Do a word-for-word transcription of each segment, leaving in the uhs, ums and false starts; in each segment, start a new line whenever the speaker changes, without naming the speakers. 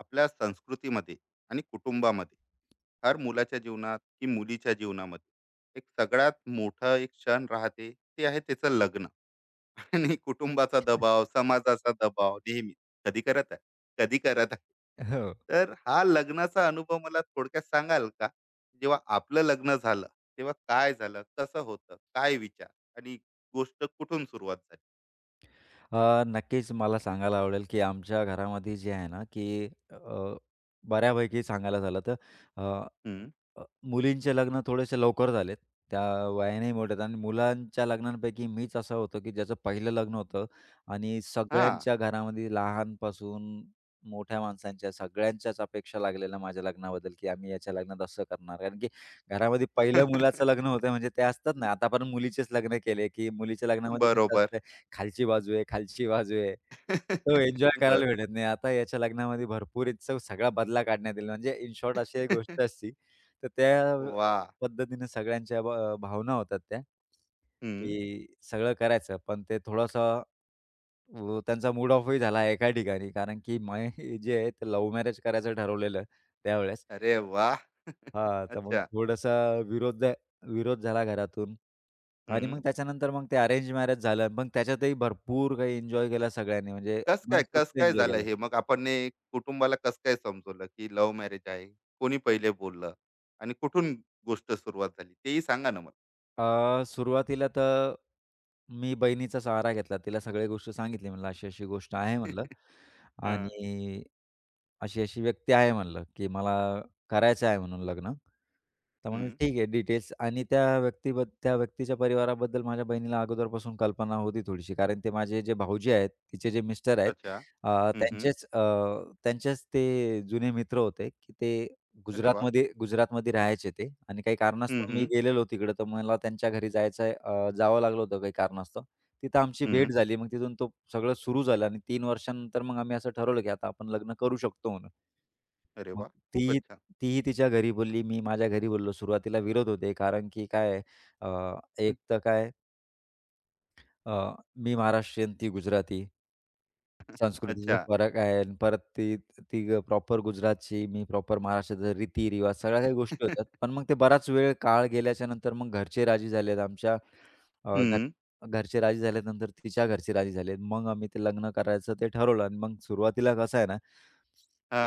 आपल्या संस्कृतीमध्ये आणि कुटुंबामध्ये हर मुलाच्या जीवनात की मुलीच्या जीवनामध्ये एक सगळ्यात मोठा एक क्षण राहते, ते आहे त्याचं लग्न. आणि कुटुंबाचा दबाव, समाजाचा दबाव नेहमी कधी करत आहे कधी करत आहे.
हो.
तर हा लग्नाचा अनुभव मला थोडक्यात सांगाल का? जेव्हा आपलं लग्न झालं तेव्हा काय झालं, कसं होतं, काय विचार, आणि गोष्ट कुठून सुरुवात झाली?
अ, नक्कीच मला सांगायला आवडेल, की आमच्या घरामध्ये जे आहे ना, की अ, बऱ्यापैकी सांगायला झालं तर अ,
हम्म.
अ, मुलींचे लग्न थोडेसे लवकर झालेत. त्या वयाने मोठ्या आहेत आणि मुलांच्या लग्नांपैकी मीच असा होतो, की ज्याचं पहिलं लग्न होतं आणि
हा.
सगळ्यांच्या घरामध्ये लहानपासून मोठ्या माणसांच्या सगळ्यांच्याच अपेक्षा लागलेल्या माझ्या लग्नाबद्दल, की आम्ही याच्या लग्नात असं करणार. कारण की घरामध्ये पहिलं मुलाचं लग्न होतं म्हणजे ते असतात ना, आता आपण मुलीचेच लग्न केले, की मुलीच्या लग्नामध्ये कसं
बरोबर.
असतं खालची बाजू आहे, खालची बाजू आहे. तो एन्जॉय
बर.
करायला भेटत नाही. आता याच्या लग्नामध्ये भरपूर हिचा सगळा बदला काढण्यात येईल. म्हणजे इन शॉर्ट अशी एक गोष्ट असती. तर त्या अ,
वा.
पद्धतीने सगळ्यांच्या भ भावना होतात त्या,
हम्म.
की सगळं करायचं. पण ते थोडासा अ, त्यांचा मूड ऑफही झाला एका ठिकाणी. कारण की मी जे आहे ते लव्ह मॅरेज करायचं ठरवलेलं त्यावेळेस.
अरे वा.
हां, तर मग
अच्छा.
थोडासा विरोध विरोध झाला घरातून आणि
हम्म.
मग त्याच्यानंतर मग ते अरेंज मॅरेज झालं. मग त्याच्यातही भरपूर काही एन्जॉय केला सगळ्यांनी म्हणजे
कस काय, कस
मनसोक्त
काय
एन्जॉय
झालं
केला.
हे मग? आपण ने कुटुंबाला कस काय समजवलं की लव्ह मॅरेज आहे? कोणी पहिले बोललं आणि कुठून गोष्ट सुरुवात झाली तेही सांगा ना मला.
अ, सुरुवातीला तर मी बहिणीचा सहारा घेतला. तिला सगळ्या गोष्टी सांगितली म्हणलं, "अशी-अशी गोष्ट आहे" म्हणलं
हा.
आणि "अशी-अशी व्यक्ती आहे" म्हणलं, की "मला करायचं आहे म्हणून लग्न." तर म्हणलं,
हम्म.
"ठीक आहे डिटेल्स" आणि त्या व्यक्तीबद्द त्या व्यक्तीच्या परिवाराबद्दल माझ्या बहिणीला अगोदरपासून कल्पना होती थोडीशी. कारण ते माझे जे भाऊजी आहेत, तिचे जे मिस्टर आहेत,
अच्छा.
अ,
हम्म, हम्म.
त्यांचेच अ, त्यांचेच ते जुने मित्र होते, की ते
अरे वा.
गुजरातमध्ये गुजरातमध्ये राहायचे ते आणि काही
हम्म,
कारणास्तव मी
हम्म,
गेलेलो तिकडं, तर मला त्यांच्या घरी जायचं अ, जावं लागलं होतं काही कारणास्तव. तिथं आमची
हम्म.
भेट झाली. मग तिथून तो सगळं सुरू झालं आणि तीन वर्षानंतर मग आम्ही असं ठरवलं, की आता आपण लग्न करू शकतो म्हणून.
अरे
मग
वा, खूप
ती
अच्छा.
तीही तिच्या घरी बोलली, मी माझ्या घरी बोललो. सुरुवातीला विरोध होते कारण की काय आहे, अ,
हम्म.
एक तर काय अ, मी महाराष्ट्रीयन, ती गुजराती. संस्कृतीचा
अच्छा.
फरक आहे आणि परत ती ती प्रॉपर गुजरातची, मी प्रॉपर महाराष्ट्राचा रीती-रिवाज सगळ्या काही गोष्टी होतात. पण मग ते बराच वेळ काळ गेल्याच्या नंतर मग घरचे राजी झालेत आमच्या अ, घ
हम्म.
घरचे राजी झाल्यानंतर तिच्या घरचे राजी झालेत. मग आम्ही ते लग्न करायचं ते ठरवलं आणि मग सुरुवातीला कसं आहे ना,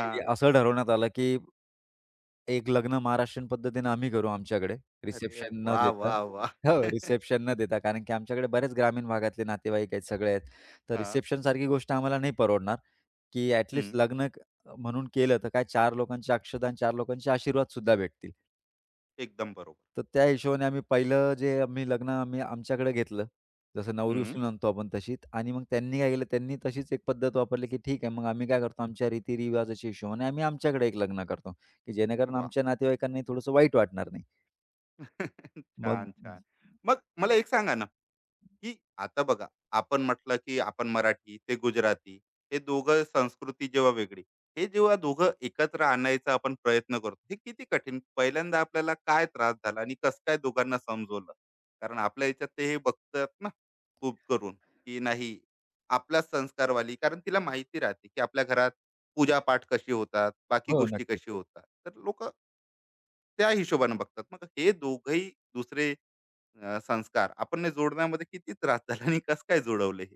की असं ठरवण्यात आलं, की एक लग्न महाराष्ट्रीयन पद्धतीने आम्ही करू आमच्याकडे
अरे
रिसेप्शन न
वा,
देता.
वा, वा.
हो, रिसेप्शन न देता कारण की आमच्याकडे बरेच ग्रामीण भागातले नातेवाईक आहेत सगळे आहेत. तर
हा.
रिसेप्शनसारखी गोष्ट आम्हाला नाही परवडणार, की ॲट लिस्ट
हम्म.
लग्न क म्हणून केलं तर काय चार लोकांचे अक्षता आणि चार लोकांचे आशीर्वादसुद्धा भेटतील.
एकदम बरोबर.
तर त्या हिशोबाने आम्ही पहिलं जे आम्ही लग्न आम्ही आमच्याकडे घेतलं. जसं नवरी
हम्म.
उचलून आणतो आपण तशी आणि मग त्यांनी काय केलं, त्यांनी तशीच एक पद्धत वापरली, की ठीक आहे, मग आम्ही काय करतो आमच्या रीती हिशोबाने आम्ही आमच्याकडे एक लग्न करतो, की जेणेकरून
वा.
आमच्या नातेवाईकांनाही थोडंसं वाईट वाटणार नाही. मग
छान, छान. मग मला एक सांगा ना, की आता बघा, आपण म्हटलं की आपण मराठी ते गुजराती, हे दोघं संस्कृती जेव्हा वेगळी, हे जेव्हा दोघं एकत्र आणायचा आपण प्रयत्न करतो हे किती कठीण. पहिल्यांदा आपल्याला काय त्रास झाला आणि कसं काय दोघांना समजवलं? कारण आपल्या याच्यात ते हे बघतात ना, खूप करून की नाही, आपलाच संस्कारवाली. कारण तिला माहिती राहते की आपल्या घरात पूजा पाठ कशी होतात, बाकी
हो,
गोष्टी
नक्कीच.
कशी होतात, तर लोक त्या हिशोबाने बघतात. मग हे दोघही दुसरे अ, संस्कार आपण जोडण्यामध्ये किती त्रास झाला आणि कसं काय जोडवले हे?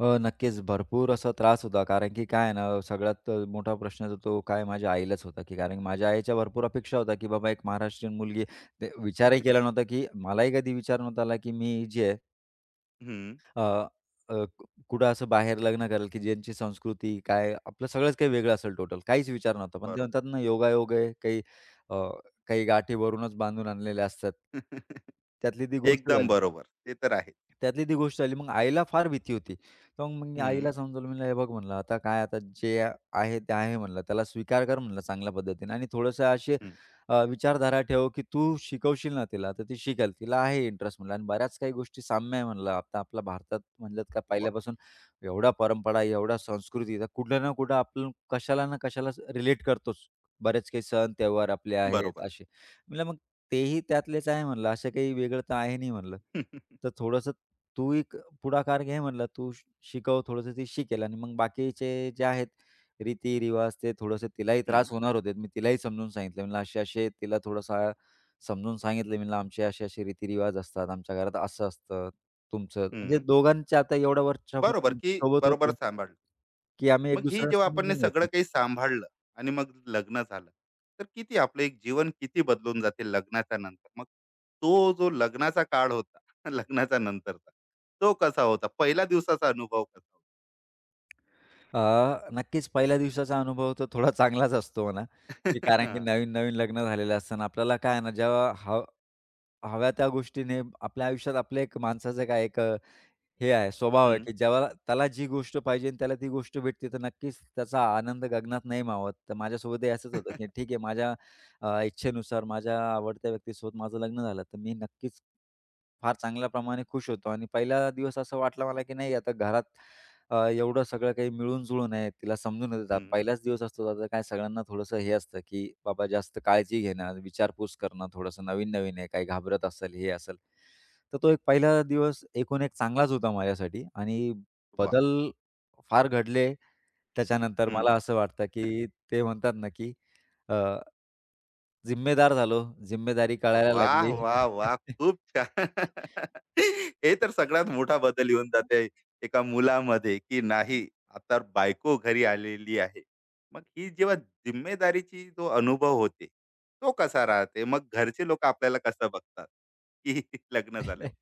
अ, नक्कीच भरपूर असा त्रास होता. कारण की काय आहे ना, सगळ्यात अ, मोठा प्रश्न जो तो काय माझ्या आईलाच होता, की कारण माझ्या आईच्या भरपूर अपेक्षा होत्या, की बाबा एक महाराष्ट्रीयन मुलगी ते विचारही केला नव्हता, की मलाही कधी विचार नव्हता आला, की मी जे आहे
हम्म,
अ, अ, कु- कुठं असं बाहेर लग्न करेल, की ज्यांची संस्कृती काय आपलं सगळंच काही वेगळं असेल टोटल. काहीच विचार नव्हता. पण ते
बरोबर.
म्हणतात ना, योगायोग आहे काही अ, काही गाठी वरूनच बांधून आणलेल्या असतात. त्यातली ती गोष्ट
एकदम
झाली.
बरोबर, ते तर आहे.
त्यातली ती गोष्ट आली. मग आईला फार भीती होती. तर मग मी
हम्म,
आईला समजावलं म्हणलं, "हे बघ," म्हणलं, "आता काय आता जे आहे ते आहे," म्हणलं, "त्याला स्वीकार कर," म्हणलं, "चांगल्या पद्धतीने आणि थोडंसं अशी
हम्म.
अ, विचारधारा ठेव, की तू शिकवशील ना तिला, तर ती शिकेल. तिला आहे इंटरेस्ट," म्हणलं. "आणि बऱ्याच काही गोष्टी साम्य आहे," म्हणलं, "आता आपल्या भारतात म्हणलं का
वा.
पहिल्यापासून एवढा परंपरा, एवढा संस्कृती, तर कुठं ना कुठं आपण कशाला ना कशाला रिलेट करतोच. बरेच काही सण, त्योहार आपले
बरोबर
आहेत
आहे.
असे." म्हणलं, "मग तेही त्यातलेच आहे म्हणलं, असं काही वेगळं तर आहे नाही म्हणलं. तर थोडंसं तू एक पुढाकार घे म्हणलं, तू श शिकव थोडंसं ती शिकेल आणि मग बाकीचे जे आहेत रीती-रिवाज ते थोडंसं तिलाही त्रास
हम्म,
होणार होते. मी तिलाही समजून सांगितलं म्हणलं, असे-असे तिला थोडंसं समजून सांगितलं म्हणलं, आमचे असे-असे रीती असतात, आमच्या घरात असं असतं तुमचं. म्हणजे
हम्म.
दोघांच्या आता एवढ्या
बरोबर
वर्षापासून आमची
की.
सोबत
बरोबर
होतो,
सांभाळलं.
की आम्ही एक
मग ही
दुसऱ्याला
जेव्हा आपण हे
समजून
सगळं
घेतो.
काही सांभाळलं आणि मग लग्न झालं, तर किती आपलं एक जीवन किती बदलून जाते लग्नाच्या नंतर. मग तो जो लग्नाचा काळ होता, लग्नाच्या नंतरचा, तो कसा होता? पहिल्या दिवसाचा अनुभव कसा होता?
अ, नक्कीच पहिल्या दिवसाचा अनुभव तर थोडा चांगलाच असतो म्हणा, की कारण की
हा.
नवीन-नवीन लग्न झालेलं असतं आणि आपल्याला काय आहे ना, जेव्हा हव हव्या त्या गोष्टीने आपल्या आयुष्यात आपलं एक माणसाचं काय एक अ, हे आहे स्वभाव आहे,
हम्म.
की जेव्हा त्याला जी गोष्ट पाहिजे आणि त्याला ती गोष्ट भेटते, तर नक्कीच त्याचा आनंद गगनात नाही मावत. तर माझ्यासोबतही असंच होतं, की ठीक आहे माझ्या अ, इच्छेनुसार माझ्या आवडत्या व्यक्तीसोबत माझं लग्न झालं, तर मी नक्कीच फार चांगल्या प्रमाणे खुश होतो आणि पहिला दिवस असं वाटलं मला, की नाही आता घरात अ, एवढं सगळं काही मिळून-जुळून आहे, तिला समजून येतात.
हम्म.
पहिलाच दिवस असतो त्याचा काय सगळ्यांना थोडंसं हे असतं, की बाबा जास्त काळजी घेणं, विचारपूस करणं, थोडंसं नवीन-नवीन आहे, काही घाबरत असेल, हे असेल. तर तो एक पहिला दिवस एकूण एक चांगलाच होता माझ्यासाठी आणि
वा.
बदल फार घडले. त्याच्यानंतर मला असं वाटतं, की ते म्हणतात ना, की अ, जिम्मेदार झालो, जिम्मेदारी कळायला
वाह!
लागली.
वाह! वाह! खूप छान. हे तर सगळ्यात मोठा बदल येऊन जाते एका मुलामध्ये, की नाही, आता बायको घरी आलेली आहे. मग ही जेव्हा जिम्मेदारीची जो अनुभव होते, तो कसा राहते? मग घरचे लोकं आपल्याला कसं बघतात, की लग्न झाल्यावर?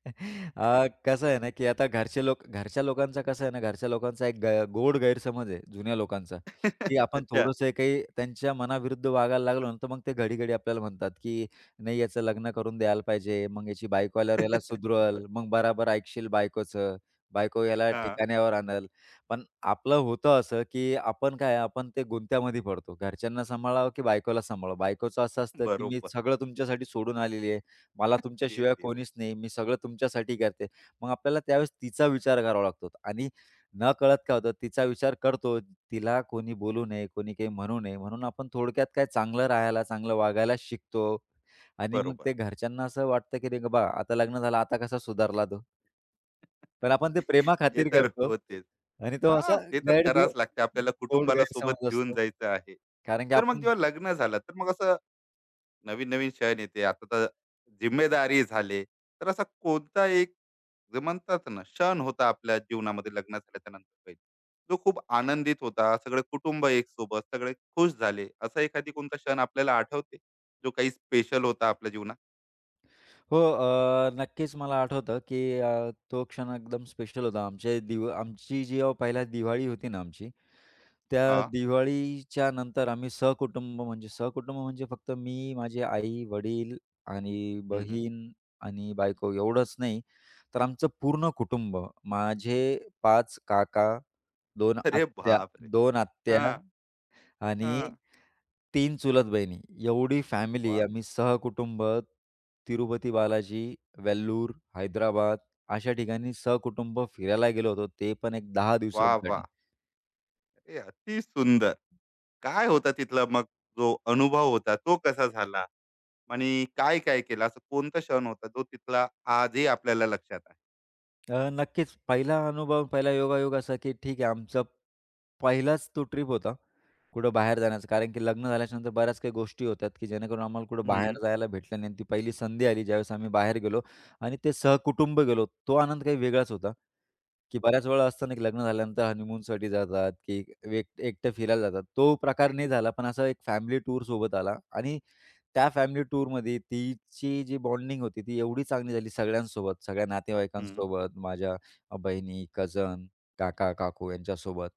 अ, कसं आहे ना, की आता घरचे लोक घरच्या लोकांचा कसं आहे ना, घरच्या लोकांचा एक ग गोड गैरसमज आहे जुन्या लोकांचा, की आपण
अच्छा.
थोडंसं काही त्यांच्या मनाविरुद्ध वागायला लागलो ना, तर मग ते घडी-घडी आपल्याला म्हणतात, की "नाही याचं लग्न करून द्यायला पाहिजे, मग याची बायको आल्यावर याला
बरं.
सुधरवल, मग बराबर ऐकशील बायकोचं, बायको याला
हां.
ठिकाण्यावर आणल." पण आपलं होतं असं, की आपण काय आपण ते गुंत्यामध्ये पडतो. घरच्यांना सांभाळावं की बायकोला सांभाळावं. बायकोचं असं असतं, की "मी
बरोबर.
सगळं तुमच्यासाठी सोडून आलेली आहे." मला
अरे
तुमच्याशिवाय
देवा!
कोणीच नाही, मी सगळं तुमच्यासाठी करते. मग आपल्याला त्यावेळेस तिचा विचार करावा लागतो आणि नकळत काय होतं तिचा विचार करतो. तिला कोणी बोलू नये, कोणी काही म्हणू नये म्हणून आपण थोडक्यात काय चांगलं राहायला, चांगलं वागायला शिकतो आणि मग
बरोबर.
ते घरच्यांना असं वाटतं, की नाही बा आता लग्न झालं, आता कसा सुधारला तो. पण आपण ते
ते
प्रेमाखातीर
तर
करतो
होतेच.
आणि तो
हां,
असा
ते तर
गैर गो
करावंच लागते. आपल्याला
गोड
कुटुंबाला सोबत
गैरसमज
घेऊन
असतो.
जायचं आहे.
कारण की
तर मग
आपण
जेव्हा लग्न झालं, तर मग असं नवीन-नवीन क्षण येते. आता तर जिम्मेदारी झाले. तर असा कोणता एक, जे म्हणतात ना, क्षण होता आपल्या जीवनामध्ये लग्न झाल्याच्या नंतर काही, जो खूप आनंदित होता, सगळं कुटुंब एक सोबत, सगळे खुश झाले, असा एखादी कोणता क्षण आपल्याला आठवते, जो काही स्पेशल होता आपल्या जीवनात?
हो, अ, नक्कीच मला आठवतं, की अ, तो क्षण एकदम स्पेशल होता. आमचे दिव आमची जेव्हा पहिल्या दिवाळी होती ना आमची, त्या
हां.
दिवाळीच्या नंतर आम्ही सहकुटुंब म्हणजे सहकुटुंब म्हणजे फक्त मी, माझे आई-वडील आणि
हं, हं.
बहीण आणि बायको एवढंच नाही, तर आमचं पूर्ण कुटुंब, माझे पाच काका, 2
अरे
आत्या
बापरे!
2 आत्या
हां.
आणि
हां.
तीन चुलत बहिणी. एवढी फॅमिली
वाह!
आम्ही सहकुटुंब तिरुपती बालाजी, वेल्लूर, हैदराबाद अशा ठिकाणी सहकुटुंब फिरायला गेलो होतो. ते पण एक दहा
वाह, वाह!
दिवसांसाठी.
हे अति सुंदर. काय होता तिथला मग जो अनुभव होता, तो कसा झाला? आणि काय-काय केलं? असा कोणता क्षण होता जो तिथला आजही आपल्याला लक्षात आहे?
अ, नक्कीच पहिला अनुभव, पहिला योगायोग असा की ठीक आहे आमचा पहिलाच तो ट्रिप होता कुठं बाहेर जाण्याचा. कारण की लग्न झाल्याच्या नंतर बऱ्याच काही गोष्टी होतात की जेणेकरून आम्हाला कुठं
हं.
बाहेर जायला भेटलं नाही. आणि ती पहिली संधी आली ज्यावेळेस आम्ही बाहेर गेलो आणि ते सहकुटुंब गेलो. तो आनंद काही वेगळाच होता. की
वाह!
बऱ्याच वेळा असतं ना, की लग्न झाल्यानंतर हनीमूनसाठी जातात, की वे एकटे फिरायला जातात. तो प्रकार नाही झाला, पण असा एक फॅमिली टूर सोबत आला आणि त्या फॅमिली टूरमध्ये तिची जी बॉन्डिंग होती, ती एवढी चांगली झाली सगळ्यांसोबत, सगळ्या
हं.
नातेवाईकांसोबत, माझ्या बहिणी, कझन, काका-काकू यांच्यासोबत.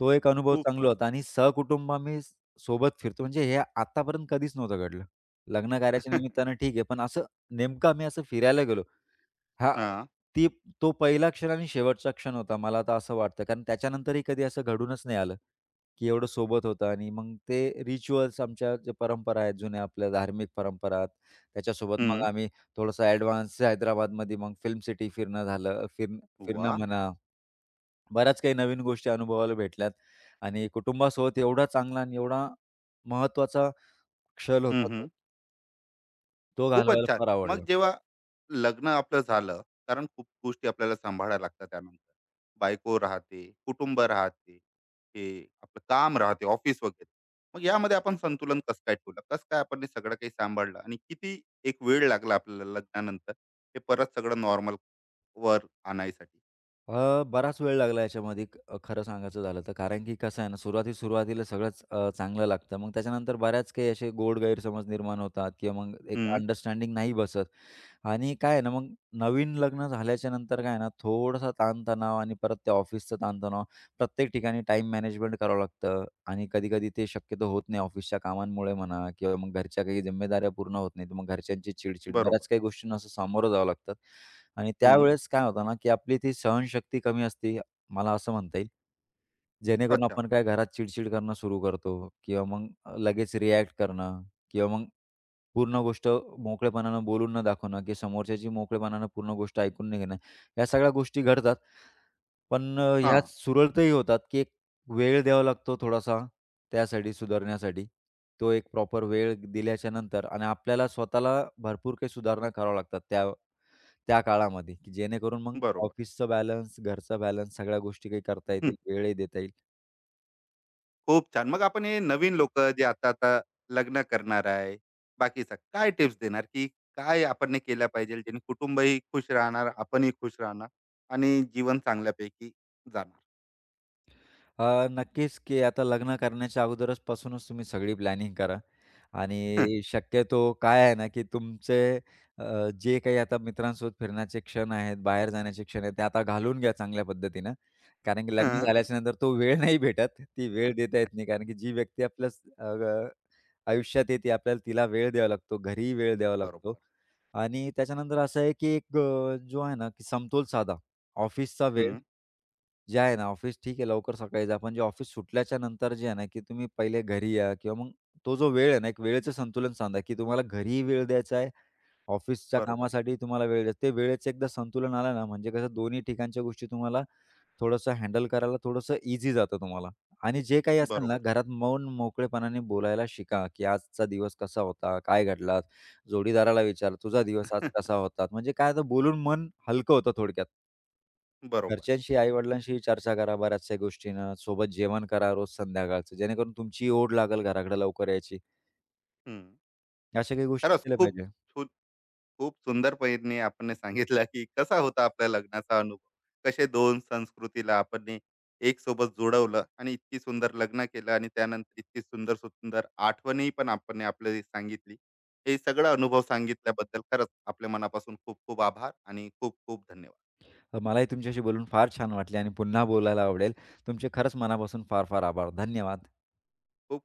तो एक अनुभव
खूप
चांगला
छान.
होता आणि सहकुटुंब आम्ही स- सोबत फिरतो, म्हणजे हे आतापर्यंत कधीच नव्हतं घडलं. लग्न कार्याच्या निमित्तानं ठीक आहे, पण असं नेमकं आम्ही असं फिरायला गेलो. हां,
हां.
ती तो पहिला क्षण आणि शेवटचा क्षण होता. मला आता असं वाटतं, कारण त्याच्यानंतरही कधी असं घडूनच नाही आलं, की एवढं सोबत होतं आणि मग ते रिच्युअल्स आमच्या ज्या परंपरा आहेत, जुन्या आपल्या धार्मिक परंपरा, त्याच्यासोबत मग
हं.
आम्ही थोडंसं ॲडव्हान्स हैदराबादमध्ये मग फिल्म सिटी फिरणं झालं फिर फिरणं
वाह!
म्हणा, बऱ्याच काही नवीन गोष्टी अनुभवायला भेटल्यात आणि कुटुंबासोबत एवढा चांगला आणि एवढा महत्त्वाचा क्षण होता तो,
हं.
तो
खूपच
घालवायला
छान.
फार आवडला.
मग जेव्हा लग्न आपलं झालं, कारण खूप गोष्टी आपल्याला सांभाळायला लागतात त्यानंतर. बायको राहते, कुटुंब राहते, हे आपलं काम राहते, ऑफिस वगैरे. मग यामध्ये आपण संतुलन कसं काय ठेवलं? कसं काय आपण हे सगळं काही सांभाळलं आणि किती एक वेळ लागला आपल्याला लग्नानंतर हे परत सगळं नॉर्मल वर आणायसाठी?
अ, बराच वेळ लागला याच्यामध्ये क- अ, खरं सांगायचं झालं तर. कारण की कसं आहे ना, सुरुवाती सुरुवातीला सगळंच अ, चांगलं लागतं. मग त्याच्यानंतर बऱ्याच काही असे गोड गैरसमज निर्माण होतात किंवा मग एक
हं,
अंडरस्टँडिंग नाही बसत. आणि काय आहे ना, मग नवीन लग्न झाल्याच्या नंतर काय आहे ना, थोडासा ताणतणाव आणि परत ते ऑफिसचं ताणतणाव, प्रत्येक ठिकाणी टाईम मॅनेजमेंट करावं लागतं आणि कधी-कधी ते शक्यतो होत नाही ऑफिसच्या कामांमुळे म्हणा किंवा मग घरच्या काही जिम्मेदाऱ्या पूर्ण होत नाहीत. मग घरच्यांची चिडचिड,
बरोबर.
बऱ्याच काही गोष्टींना असं सामोरं जावं लागतं आणि
हं.
त्यावेळेस काय होतं ना, की आपली ती सहनशक्ती कमी असते, मला असं म्हणता येईल. जेणेकरून
अच्छा.
आपण काय घरात चिडचिड करणं सुरू करतो किंवा मग अ, लगेच रिॲक्ट करणं किंवा मग पूर्ण गोष्ट मोकळेपणानं बोलून न दाखवणं की समोरच्याची मोकळेपणानं पूर्ण गोष्ट ऐकून नाही घेणं. या सगळ्या गोष्टी घडतात. पण अ, ह्या
हां.
सुरळतही होतात की एक वेळ द्यावा लागतो थोडासा त्यासाठी सुधारण्यासाठी. तो एक प्रॉपर वेळ दिल्याच्या नंतर आणि आपल्याला स्वतःला भरपूर काही सुधारणा कराव्या लागतात त्या त्या काळामध्ये की जेणेकरून मग
बरोबर.
ऑफिसचा बॅलन्स, घरचा बॅलन्स सगळ्या गोष्टी काही करता येतील, वेळही देता येईल.
खूप छान. मग आपण हे नवीन लोकं जे आता-आता लग्न करणार आहे, बाकीचं काय टिप्स देणार, की काय आपण हे केलं पाहिजे ज्याने कुटुंबही खुश राहणार, आपणही खुश राहणार आणि जीवन चांगल्यापैकी जाणार?
अ, नक्कीच, की आता लग्न करण्याच्या अगोदरच पासूनच तुम्ही सगळी प्लॅनिंग करा. आणि शक्यतो काय आहे ना, की तुमचे अ, जे काही आता मित्रांसोबत फिरण्याचे क्षण आहेत, बाहेर जाण्याचे क्षण आहेत, ते आता घालवून घ्या चांगल्या पद्धतीनं. कारण की लग्न
हं,
झाल्याच्या नंतर तो वेळ नाही भेटत. ती वेळ देता येत नाही. कारण की जी व्यक्ती आपल्या स- अ, ग आयुष्यात येते, आपल्याला तिला वेळ द्यावा लागतो, घरीही वेळ द्यावा लागतो.
बरोबर.
आणि त्याच्यानंतर असं आहे, की एक अ, जो आहे ना, की समतोल साधा. ऑफिसचा वेळ
हं.
जे आहे ना, ऑफिस ठीक आहे लवकर सकाळी जा, पण जे ऑफिस सुटल्याच्या नंतर जे आहे ना, की तुम्ही पहिले घरी या किंवा मग तो जो वेळ आहे ना, एक वेळेचं संतुलन सांधा, की तुम्हाला घरीही वेळ द्यायचा आहे, ऑफिसच्या
बरोबर,
कामासाठी तुम्हाला वेळ द्यायचा. ते वेळेचं एकदा संतुलन आलं ना, म्हणजे कसं दोन्ही ठिकाणच्या गोष्टी तुम्हाला थोडंसं हँडल करायला थोडंसं ईझी जातं तुम्हाला. आणि जे काही असेल ना,
बरोबर.
घरात मौन मोकळेपणाने बोलायला शिका, की आजचा दिवस कसा होता? काय घडला? जोडीदाराला विचार, "तुझा दिवस आज कसा होता?" म्हणजे काय तर बोलून मन हलकं होतं थोडक्यात.
बरोबर.
घरच्यांशी, आई-वडिलांशी चर्चा करा बऱ्याचशा गोष्टींना. सोबत जेवण करा रोज संध्याकाळचं, जेणेकरून तुमचीही ओढ लागेल घराकडे लवकर यायची.
हं.
अशा काही गोष्टी
खरंच
केल्या
खूप
पाहिजे.
खूप सुंदरपणे आपण सांगितलं की कसा होता आपल्या लग्नाचा अनुभव, कसे दोन संस्कृतीला आपण एक सोबत जोडवलं आणि इतकी सुंदर लग्न केलं, आणि त्यानंतर इतकी सुंदर सुंदर आठवणी पण आपण आपल्याला सांगितली. हे सगळं अनुभव सांगितल्याबद्दल खरंच आपल्या मनापासून खूप खूप आभार आणि खूप खूप धन्यवाद.
तर मलाही तुमच्याशी बोलून फार छान वाटले आणि पुन्हा बोलायला आवडेल. तुमचे खरंच मनापासून फार फार आभार. धन्यवाद.
खूप